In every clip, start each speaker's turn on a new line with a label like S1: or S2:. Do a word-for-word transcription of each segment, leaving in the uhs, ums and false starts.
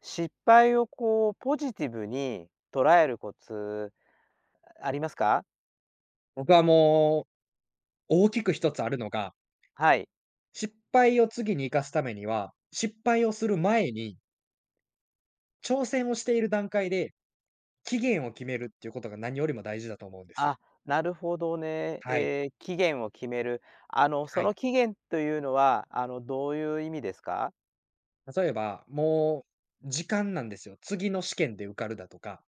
S1: 失敗をこうポジティブに捉えるコツありますか？
S2: 僕はもう、大きく一つあるのが、
S1: はい。
S2: 失敗を次に生かすためには、失敗をする前に、挑戦をしている段階で期限を決めるっていうことが何よりも大事だと思うんですよ。
S1: あ、なるほどね。
S2: はい、
S1: えー期限を決める。あの、そ
S2: はい。
S1: の期限というのは、あの、どういう意味ですか？
S2: 例えば、もう時間なんですよ。次の試験で受かるだとか。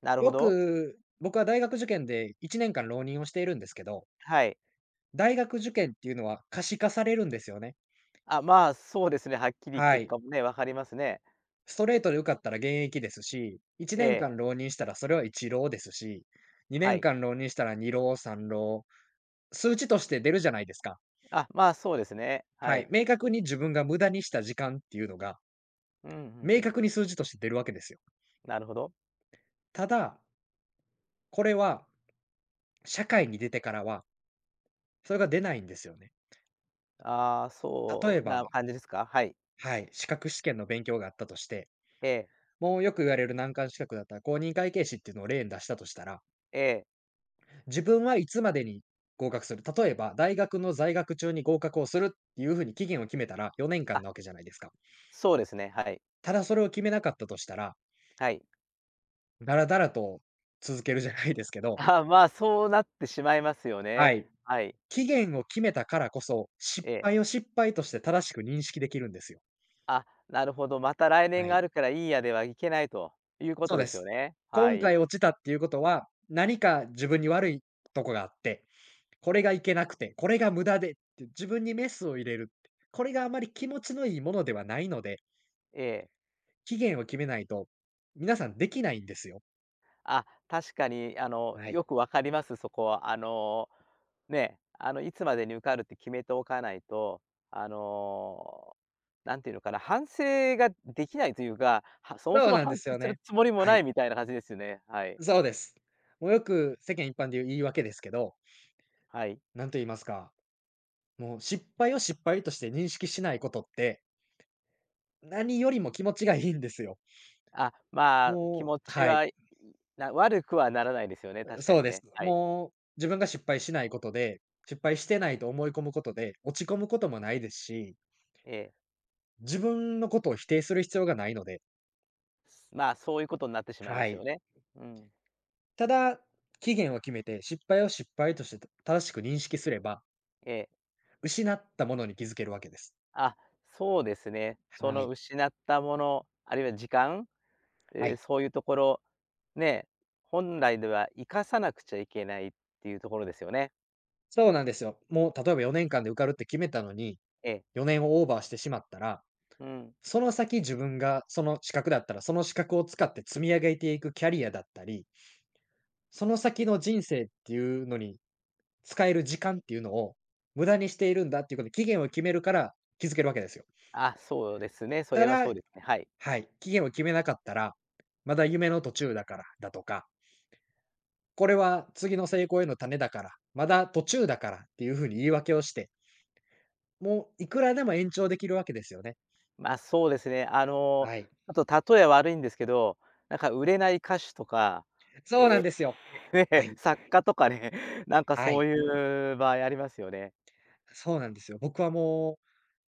S1: なるほ
S2: よ
S1: ど。
S2: く、僕は大学受験でいちねんかん浪人をしているんですけど、
S1: はい。
S2: 大学受験っていうのは可視化されるんですよね。
S1: あ、まあ、そうですね。はっきり
S2: は
S1: 結
S2: い。
S1: 果もね、わかりますね。
S2: ストレートで受かったら現役ですし、1
S1: え
S2: 年
S1: え、
S2: 間浪人したらそれはいち浪ですし、2
S1: はい。
S2: 年間浪人したらに浪、さん浪、数値として出るじゃないですか。
S1: あ、まあ、そうですね。は
S2: はい。
S1: い。
S2: 明確に自分が無駄にした時間っていうのが、
S1: うんうんう
S2: 明
S1: ん。
S2: 確に数字として出るわけですよ。
S1: なるほど。
S2: ただ、これは社会に出てからは、それが出ないんですよね。
S1: ああ、
S2: 例
S1: そ
S2: え
S1: うな
S2: ば、
S1: 感じですか？はい。
S2: はい、資格試験の勉強があったとして、
S1: ええ、
S2: もうよく言われる難関資格だったら公認会計士っていうのを例に出したとしたら、
S1: ええ。
S2: 自分はいつまでに合格する。例えば、大学の在学中に合格をするっていう風に期限を決めたら4年
S1: あ、
S2: 間なわけじゃないですか。
S1: そうですね。はい。
S2: ただそれを決めなかったとしたら、
S1: はい。
S2: だらだらと続けるじゃないですけど、
S1: ああ、まあ、そうなってしまいますよ
S2: は
S1: ね。
S2: い。
S1: はい。
S2: 期限を決めたからこそ、失
S1: ええ。
S2: 敗を失敗として正しく認識できるんですよ。
S1: あ、なるほど、また来年
S2: は
S1: があ
S2: い。
S1: るからいいやではいけないというこ
S2: そ
S1: と
S2: う
S1: で
S2: で
S1: すよ
S2: す。
S1: ね。は
S2: 今
S1: い。
S2: 回落ちたっていうことは、何か自分に悪いとこがあって、これがいけなくて、これが無駄でって自分にメスを入れるって、これがあまり気持ちのいいものではないので、
S1: ええ。
S2: 期限を決めないと、皆さんできないんですよ。
S1: あ、確かに、あの、
S2: はい。
S1: よくわかります、そこは。あの、ね、あの、いつまでに受かるって決めておかないと、あの、なんていうのかな、反省ができないというか、はそもそ
S2: そう
S1: も
S2: なん
S1: 反
S2: です
S1: 省
S2: よ
S1: する
S2: ね。
S1: つもりも
S2: は
S1: な
S2: い。
S1: いみたいな感じですよね。はい。
S2: そうです。もうよく世間一般で言う言い訳ですけど、
S1: はい。
S2: 何と言いますか、もう失敗を失敗として認識しないことって、何よりも気持ちがいいんですよ。
S1: あ、まあ、気
S2: も
S1: 持
S2: う
S1: ち
S2: はい、
S1: は、いな悪くはならないですよね、確か
S2: そう
S1: に
S2: です。
S1: ね。はい。
S2: もう自分が失敗しないことで、失敗してないと思い込むことで、落ち込むこともないですし、
S1: ええ。
S2: 自分のことを否定する必要がないので、
S1: まあ、そういうことになってしまいま
S2: は
S1: すよ
S2: い。
S1: ね。うん。
S2: ただ、期限を決めて、失敗を失敗として、正しく認識すれば、
S1: ええ。
S2: 失ったものに気づけるわけです。
S1: あ、そうですね。そ
S2: は
S1: の
S2: い。
S1: 失ったもの、あるいは時間、
S2: は
S1: ええ、
S2: い。
S1: そういうところ、ね、本来では生かさなくちゃいけないっていうところですよね。
S2: そうなんですよ。もう例えばよねんかんで受かるって決めたのに、
S1: ええ。
S2: よねんをオーバーしてしまったら、
S1: うん。
S2: その先自分がその資格だったら、その資格を使って積み上げていくキャリアだったり、その先の人生っていうのに使える時間っていうのを無駄にしているんだっていうことで、期限を決めるから気づけるわけですよ。
S1: あ、そうですね。それ
S2: た
S1: はそう
S2: だ、
S1: ですね。はい。
S2: はい、期限を決めなかったら、まだ夢の途中だからだとか、これは次の成功への種だから、まだ途中だからっていうふうに言い訳をして、もういくらでも延長できるわけですよね。
S1: まあ、そうですね。あの、
S2: はい。
S1: あと例え悪いんですけど、なんか売れない歌手とか
S2: そうなんですよ。は
S1: ね、
S2: い。
S1: 作家とかね、なんか
S2: は
S1: そう
S2: い。
S1: いう場合ありますよね。
S2: そうなんですよ。僕はもう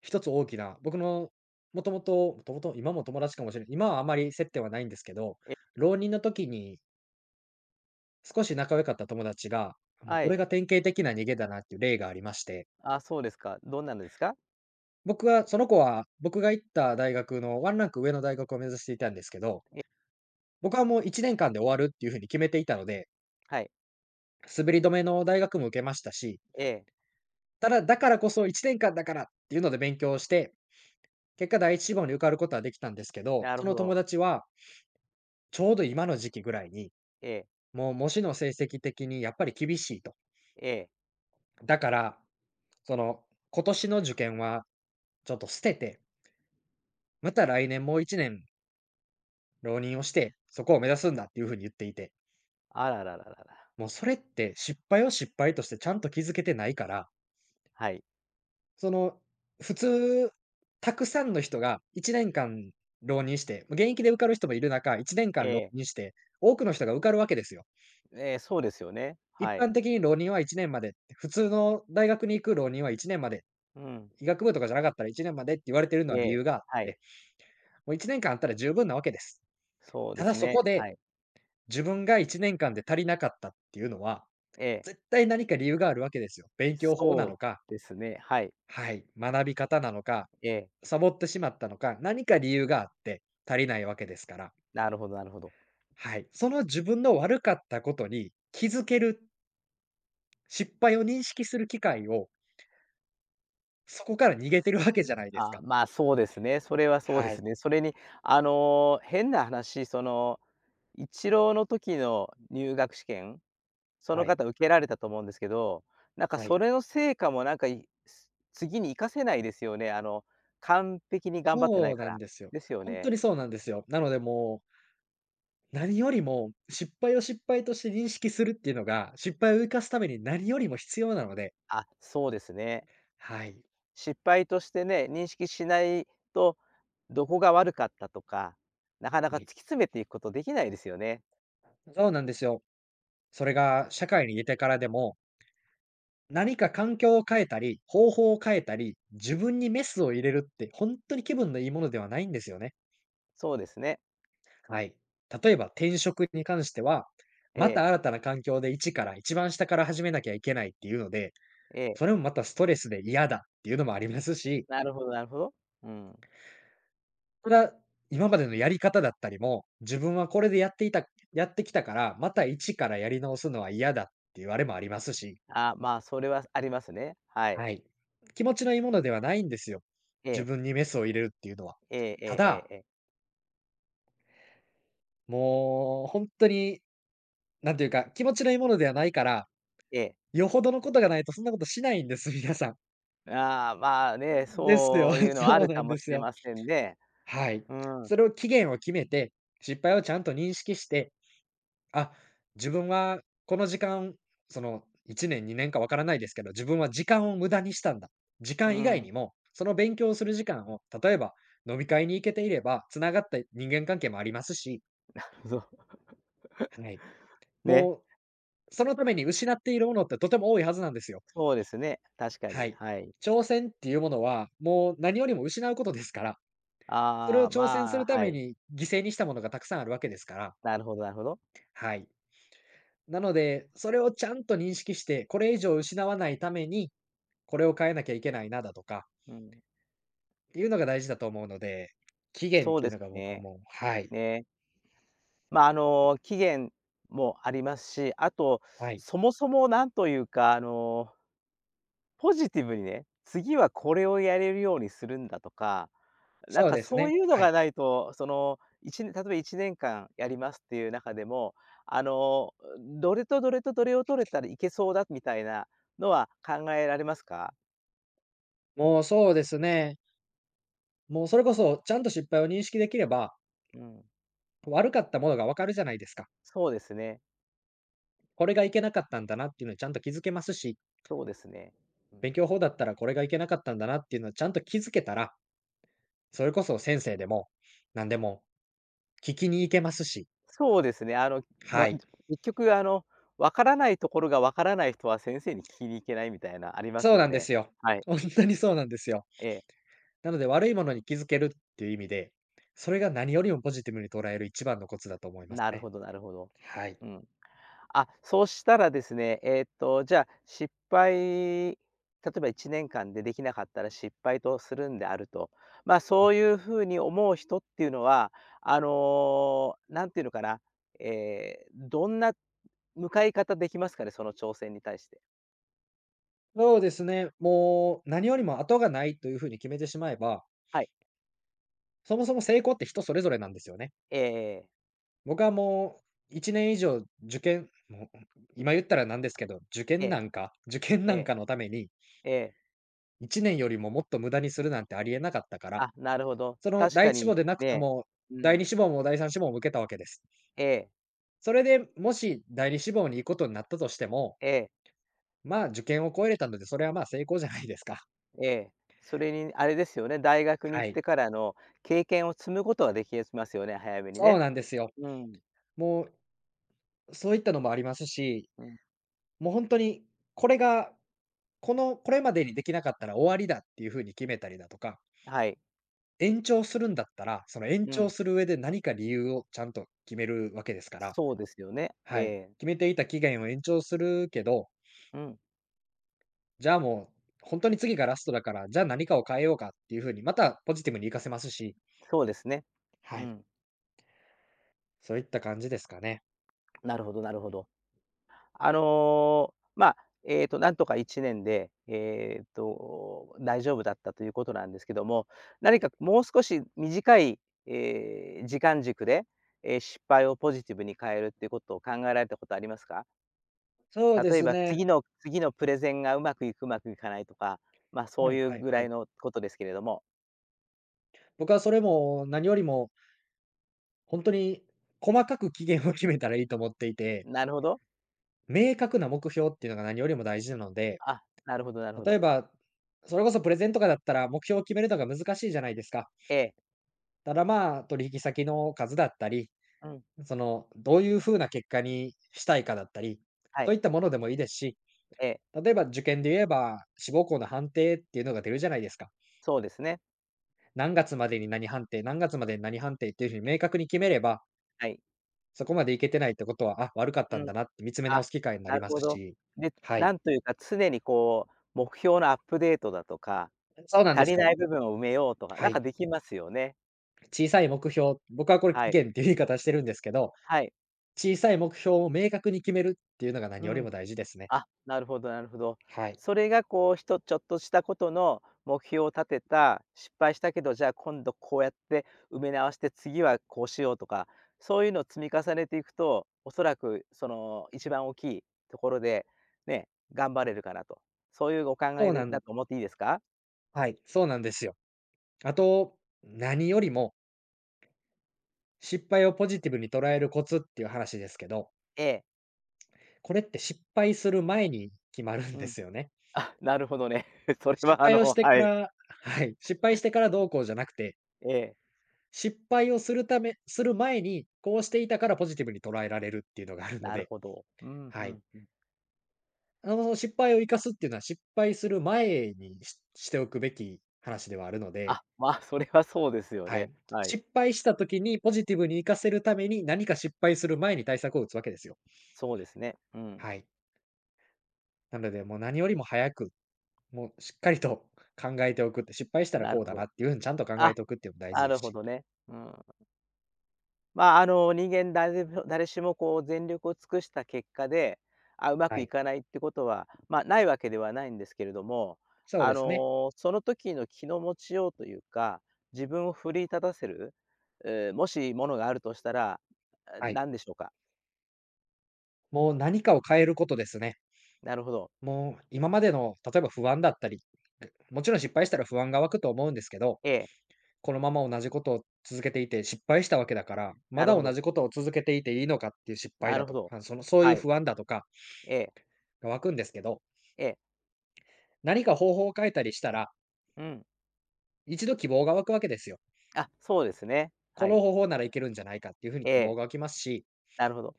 S2: 一つ大きな、僕のもともと、もともと、今も友達かもしれない。今はあまり接点はないんですけど、
S1: え、
S2: 浪人の時に少し仲良かった友達が、もう
S1: は
S2: これ
S1: い。
S2: が典型的な逃げだなっていう例がありまして、
S1: あ、そうですか。どんなのですか？
S2: 僕はその子は、僕が行った大学のワンランク上の大学を目指していたんですけど、
S1: え、
S2: 僕はもういちねんかんで終わるっていうふうに決めていたので、
S1: はい。
S2: 滑り止めの大学も受けましたし、
S1: ええ、
S2: ただ、だからこそいちねんかんだからっていうので勉強して、結果第一志望に受かることはできたんですけど、
S1: なる
S2: そ
S1: ほ
S2: の友
S1: ど。
S2: 達はちょうど今の時期ぐらいに、
S1: ええ、
S2: もう模試の成績的にやっぱり厳しいと。
S1: ええ。
S2: だから、その今年の受験はちょっと捨てて、また来年もういちねん浪人をして、そこを目指すんだっていうふうに言っていて。
S1: あらららららら。
S2: もうそれって失敗を失敗としてちゃんと気づけてないから、
S1: はい。
S2: その、普通、たくさんの人がいちねんかん浪人して、ま現役で受かる人もいる中、1年
S1: え
S2: 間浪
S1: え、
S2: 人して、多くの人が受かるわけですよ。
S1: ええ、そうですよね。
S2: 一
S1: はい。
S2: 般的に浪人はいちねんまで、普通の大学に行く浪人はいちねんまで、
S1: うん。
S2: 医学部とかじゃなかったらいちねんまでって言われてるのは
S1: え
S2: 理
S1: え、
S2: 由があっ
S1: はい。
S2: て、もういちねんかんあったら十分なわけです。
S1: そう
S2: た
S1: で
S2: だ
S1: す
S2: そ
S1: ね。
S2: こ
S1: は
S2: で、
S1: い。
S2: 自分がいちねんかんで足りなかったっていうのは、
S1: ええ、
S2: 絶対何か理由があるわけですよ。勉強法な
S1: そう
S2: のか
S1: ですね。はい。
S2: はい、学び方なのか、
S1: ええ、
S2: サボってしまったのか、何か理由があって足りないわけですから。
S1: なるほどなるほど。
S2: はい。その自分の悪かったことに気づける、失敗を認識する機会を、そこから逃げてるわけじゃないです
S1: ああ、
S2: か。
S1: まあ、そうですね。それはそうで
S2: は
S1: す
S2: い。
S1: ね。それに、あの、変な話、その、イチローの時の入学試験その
S2: はい。
S1: 方受けられたと思うんですけど、なんか
S2: は
S1: そ
S2: い。
S1: れの成果もなんか、いす次に活かせないですよね。あの、完璧に頑張ってない
S2: そう
S1: か
S2: な
S1: ら。
S2: んですよ。
S1: ですよ
S2: 本当
S1: ね。
S2: にそうなんですよ。なのでもう、何よりも失敗を失敗として認識するっていうのが、失敗を生かすために何よりも必要なので。
S1: あ、そうですね。
S2: はい。
S1: 失敗としてね、認識しないと、どこが悪かったとか、なかなか
S2: は
S1: 突き
S2: い。
S1: 詰めていくことできないですよね。
S2: そうなんですよ。それが社会に出てからでも何か環境を変えたり、方法を変えたり、自分にメスを入れるって、本当に気分のいいものではないんですよね。
S1: そうですね。
S2: はい。例えば転職に関しては、
S1: え
S2: ま
S1: え、
S2: た新たな環境で一から、一番下から始めなきゃいけないっていうので、
S1: ええ。
S2: それもまたストレスで嫌だっていうのもありますし、
S1: なるほどなるほど。うん。
S2: それは今までのやり方だったりも、自分はこれでやっていたやってきたから、また一からやり直すのは嫌だっていうあれもありますし。
S1: あ、まあ、それはありますね。はい。
S2: はい。気持ちのいいものではないんですよ。
S1: え
S2: 自
S1: え、
S2: 分にメスを入れるっていうのは。
S1: ええええ
S2: た
S1: え
S2: だ、
S1: えええ、
S2: もうほんとに、なんていうか、気持ちのいいものではないから、
S1: ええ。
S2: よほどのことがないとそんなことしないんです、皆さ
S1: ああ、まあね、
S2: ん。ですよ。
S1: そういうのはあ
S2: そう
S1: る
S2: な
S1: か
S2: ん
S1: も
S2: で
S1: し
S2: す
S1: れ
S2: よ。
S1: ませんね。
S2: はい。
S1: うん、
S2: それを期限を決めて、失敗をちゃんと認識してあ、自分はこの時間、そのいちねん、にねんかわからないですけど、自分は時間を無駄にしたんだ。時
S1: う
S2: 間以外
S1: ん。
S2: にも、その勉強をする時間を、例えば飲み会に行けていれば、繋がった人間関係もありますし、
S1: そう、
S2: はい。
S1: ね、
S2: もう、そのために失っているものってとても多いはずなんですよ。
S1: そうですね、確か
S2: は
S1: に、
S2: い。
S1: はい。
S2: 挑戦っていうものは、もう何よりも失うことですから、それを
S1: ああ、
S2: 挑戦す
S1: まあ、
S2: るた
S1: は
S2: め
S1: い。
S2: に犠牲にしたものがたくさんあるわけですから、
S1: なるほどなるほど。
S2: はい。なので、それをちゃんと認識して、これ以上失わないためにこれを変えなきゃいけないなだとか、
S1: うん。
S2: いうのが大事だと思うので、期限っ
S1: そう
S2: てい
S1: で
S2: う
S1: す
S2: のが僕は
S1: ね。
S2: もうはい、
S1: ね。まあ、あの、期限もありますし、あと、
S2: はい。
S1: そもそもなんというか、あのポジティブにね、次はこれをやれるようにするんだとか、なん
S2: そう
S1: か
S2: です
S1: そう
S2: ね、
S1: いうの
S2: は
S1: が
S2: い。
S1: ないと、その、いちねん例えばいちねんかんやりますっていう中でも、あの、どれとどれとどれを取れたらいけそうだみたいなのは考えられますか？
S2: もうそうですね。もうそれこそちゃんと失敗を認識できれば、
S1: うん。
S2: 悪かったものがわかるじゃないですか。
S1: そうですね。
S2: これがいけなかったんだなっていうのにちゃんと気づけますし、
S1: そうですね。うん。
S2: 勉強法だったらこれがいけなかったんだなっていうのをちゃんと気づけたら、それこそ先生でも、なんでも聞きに行けますし、
S1: そうですね。あの、ま、
S2: はい。
S1: 結局あの、わからないところがわからない人は先生に聞きに行けないみたいなありま
S2: そ
S1: す
S2: う
S1: よ
S2: なんで
S1: ね。
S2: すよ。
S1: はい。
S2: 本当にそうなんですよ。
S1: ええ。
S2: なので、悪いものに気づけるっていう意味で、それが何よりもポジティブに捉える一番のコツだと思います
S1: なる
S2: ね。
S1: ほどなるほど。
S2: はい。
S1: うん。あ、そうしたらですね、えーっと、じゃあ、失敗例えばいちねんかんでできなかったら失敗とするんであると。ま、
S2: うん。
S1: そういう風に思う人っていうのは、あの、何ていうのかな、えーどんな向かい方できますかね、その挑戦に対して。
S2: そうですね、もう何よりも後がないという風に決めてしまえば、
S1: はい。
S2: そもそも成功って人それぞれなんですよね。
S1: ええええ。
S2: 僕はもういちねん以上受験もう、今言ったらなんですけど、受
S1: え
S2: 験
S1: え
S2: なんか受験
S1: え
S2: なん
S1: え
S2: かのために
S1: ええ。
S2: いちねんよりももっと無駄にするなんてありえなかったから、
S1: あ、なるほど。
S2: その
S1: 確
S2: 第
S1: か
S2: 一志
S1: に
S2: 望でなくと
S1: ね。
S2: も、
S1: う
S2: 第
S1: ん。
S2: 二志望も第三志望も受けたわけです。
S1: ええ
S2: それで、もし第二志望に行くことになったとしても、
S1: ええ。
S2: まあ、受験を超えれたので、それはまあ、成功じゃないですか。
S1: ええ、それにあれですよね、大学に
S2: は
S1: 行っ
S2: い。
S1: てからの経験を積むことはできますよね、早めに
S2: そう
S1: ね。
S2: なんですよ。
S1: うん、
S2: もう、そういったのもありますし、
S1: うん、
S2: もう本当に、これが、このこれまでにできなかったら終わりだっていう風に決めたりだとか、
S1: はい、
S2: 延長するんだったら、その延
S1: う
S2: 長
S1: ん、
S2: する上で何か理由をちゃんと決めるわけですから。
S1: そうですよね。え
S2: はい。
S1: え、
S2: 決めていた期限を延長するけど、
S1: うん、
S2: じゃあもう、本当に次がラストだから、じゃあ何かを変えようかっていう風に、またポジティブに活かせますし。
S1: そうですね。う
S2: はい。
S1: ん、
S2: そういった感じですかね。
S1: なるほどなるほど。あの、まあ、えっと、なんとかいちねんで、えっと、大丈夫だったということなんですけども、
S2: は
S1: 何
S2: い。
S1: かもう少し短い、えー時間軸で、えー失敗をポジティブに変えるっていうことを考えられたことありますか？
S2: そうで
S1: 例え
S2: す
S1: ば
S2: ね。
S1: 次の次のプレゼンがうまくいく、うまくいかないとか、ま、あそ
S2: は
S1: う
S2: い
S1: いう
S2: はい
S1: ぐら
S2: は
S1: い
S2: い。
S1: のことですけれども。
S2: 僕はそれも何よりも、ほんとに細かく期限を決めたらいいと思っていて、
S1: なるほど。
S2: 明確な目標っていうのが何よりも大事なので、
S1: あ、なるほどなるほ
S2: 例え
S1: ど。
S2: ば、それこそプレゼンとかだったら目標を決めるのが難しいじゃないですか。
S1: ええ、
S2: ただ、まあ、取引先の数だったり、
S1: うん、
S2: その、どういう風な結果にしたいかだったり、
S1: は
S2: そ
S1: い、
S2: ういったものでもいいですし、
S1: ええ、
S2: 例えば受験で言えば、志望校の判定っていうのが出るじゃないですか。
S1: そうですね。
S2: 何月までに何判定、何月までに何判定っていうふうに明確に決めれば、
S1: はい。
S2: そこまでいけてないってことは、あ、悪かった
S1: う
S2: ん
S1: ん、
S2: だなって見つめ直
S1: あ、
S2: す機会にな
S1: な
S2: り
S1: る
S2: ま
S1: ほ
S2: す
S1: ど。
S2: し、
S1: で、
S2: はい。
S1: なんというか常にこう、目標のアップデートだとか、
S2: そうなんで
S1: 足
S2: す
S1: り
S2: よ。
S1: ない部分を埋めようとか、な
S2: は
S1: ん
S2: い。
S1: かできますよね。
S2: 小さい目標、僕はこれ
S1: は
S2: 期
S1: い、
S2: 限っていう言い方してるんですけど、
S1: はい、
S2: 小さい目標を明確に決めるっていうのが何
S1: う
S2: よりも
S1: ん。
S2: 大事ですね。
S1: あ、なるほどなるほど。
S2: はい。
S1: それがこう、ひとちょっとしたことの目標を立てた、失敗したけど、じゃあ今度こうやって埋め直して、次はこうしようとか、そういうのを積み重ねていくと、おそらくその一番大きいところで、ね、頑張れるかなと。そういうお考
S2: そ
S1: え
S2: うな
S1: で
S2: ん
S1: だと思っていいですか？
S2: はい、そうなんですよ。あと、何よりも失敗をポジティブに捉えるコツっていう話ですけど、
S1: ええ、
S2: これって失敗する前に決まるん
S1: う
S2: で
S1: ん。
S2: すよね。
S1: あ、なるほどね。それ
S2: 失
S1: はあ
S2: 敗をし
S1: の
S2: て
S1: は
S2: か
S1: い。
S2: らはい、失敗してからどうこうじゃなくて、
S1: ええ、
S2: 失敗をするためする前に、こうしていたからポジティブに捉えられるっていうのがあるの
S1: なる
S2: で、
S1: ほど。うん、う
S2: はい。
S1: んうん。
S2: あの、その失敗を生かすっていうのは、失敗する前にししておくべき話ではあるので、
S1: あ、まあ、それはそうですよ
S2: は
S1: ね。
S2: い。
S1: はい。
S2: 失敗した時にポジティブに生かせるために、何か失敗する前に対策を打つわけですよ。
S1: そうですね。うん。
S2: はい。なので、もう何よりも早く、もうしっかりと考えておくって、失敗したら
S1: なる
S2: こう
S1: ほ
S2: だな
S1: ど。
S2: っていうふうにちゃんと考
S1: あ、
S2: えておくっていうのも大
S1: な
S2: 事で
S1: る
S2: す
S1: ほ
S2: し。
S1: どね。うん。まあ、あの、人間誰でも誰しもこう全力を尽くした結果で、あ、うま
S2: は
S1: くい
S2: い。
S1: かないってことは、まあ、ないわけではないんですけれども、
S2: そう
S1: あ
S2: ですね。
S1: の、その時の気の持ちようというか、自分を奮い立たせる、えーもしものがあるとしたら、あ、
S2: はい。
S1: 何でしょうか？
S2: もう何かを変えることですね。
S1: なるほど。
S2: もう今までの例えば不安だったり、もちろん失敗したら不安が湧くと思うんですけど、
S1: ええ、
S2: このまま同じことを続けていて失敗したわけだから、ま
S1: なるほ
S2: だ同
S1: ど、
S2: じことを続けていていいのかっていう失敗
S1: な
S2: だ
S1: るほ
S2: と
S1: ど。
S2: か、そのそうい
S1: は
S2: う
S1: い。
S2: 不安だとか
S1: ええ、
S2: が湧くんですけど、
S1: ええ、
S2: 何か方法を変えたりしたら、
S1: うん。
S2: 一度希望が湧くわけですよ。
S1: あ、そうですね。
S2: こ
S1: はい。
S2: の方法ならいけるんじゃないかっていうふうに
S1: え
S2: 希望
S1: え、
S2: が湧きますし、
S1: なるほど。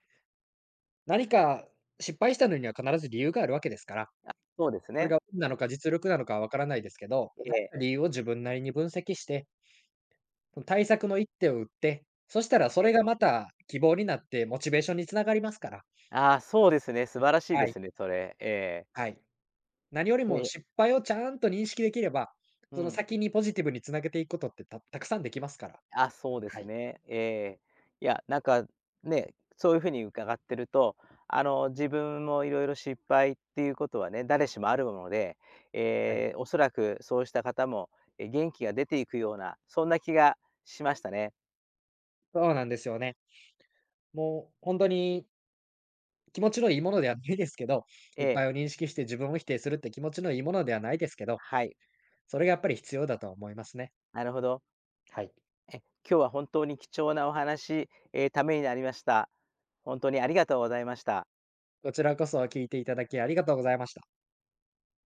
S2: 何か失敗したのには必ず理由があるわけですから、
S1: あ、そうです
S2: それ
S1: ね。
S2: が運なのか実力なのかはわからないですけど、
S1: え
S2: 何
S1: え、え。
S2: か理由を自分なりに分析して、対策の一手を打って、そしたらそれがまた希望になってモチベーションに繋がりますから。
S1: ああ、そうですね、素晴らしい
S2: は
S1: で
S2: い、
S1: すね、それ。ええ。
S2: はい。何よりも
S1: で
S2: 失敗をちゃんと認識できれば、
S1: う
S2: その
S1: ん。
S2: 先にポジティブに繋げていくことってたたくさんできますから。
S1: あ、そうで
S2: は
S1: す
S2: い、
S1: ね。ええ。いや、なんか、ね、そういう風に伺ってると、あの、自分もいろいろ失敗っていうことはね、誰しもあるもので、
S2: はい。
S1: ええ、おそらくそうした方も、え、元気が出ていくような、そんな気がしましたね。
S2: そうなんですよね。もう本当に気持ちのいいものではないですけど、
S1: え
S2: 失
S1: え、
S2: 敗を認識して自分を否定するって気持ちのいいものではないですけど、
S1: はい、
S2: それがやっぱり必要だと思いますね。
S1: なるほど。
S2: はい。
S1: え、今日は本当に貴重なお話、ええ、ためになりました。ほんとにありがとうございました。
S2: こちらこそ聞いていただきありがとうございました。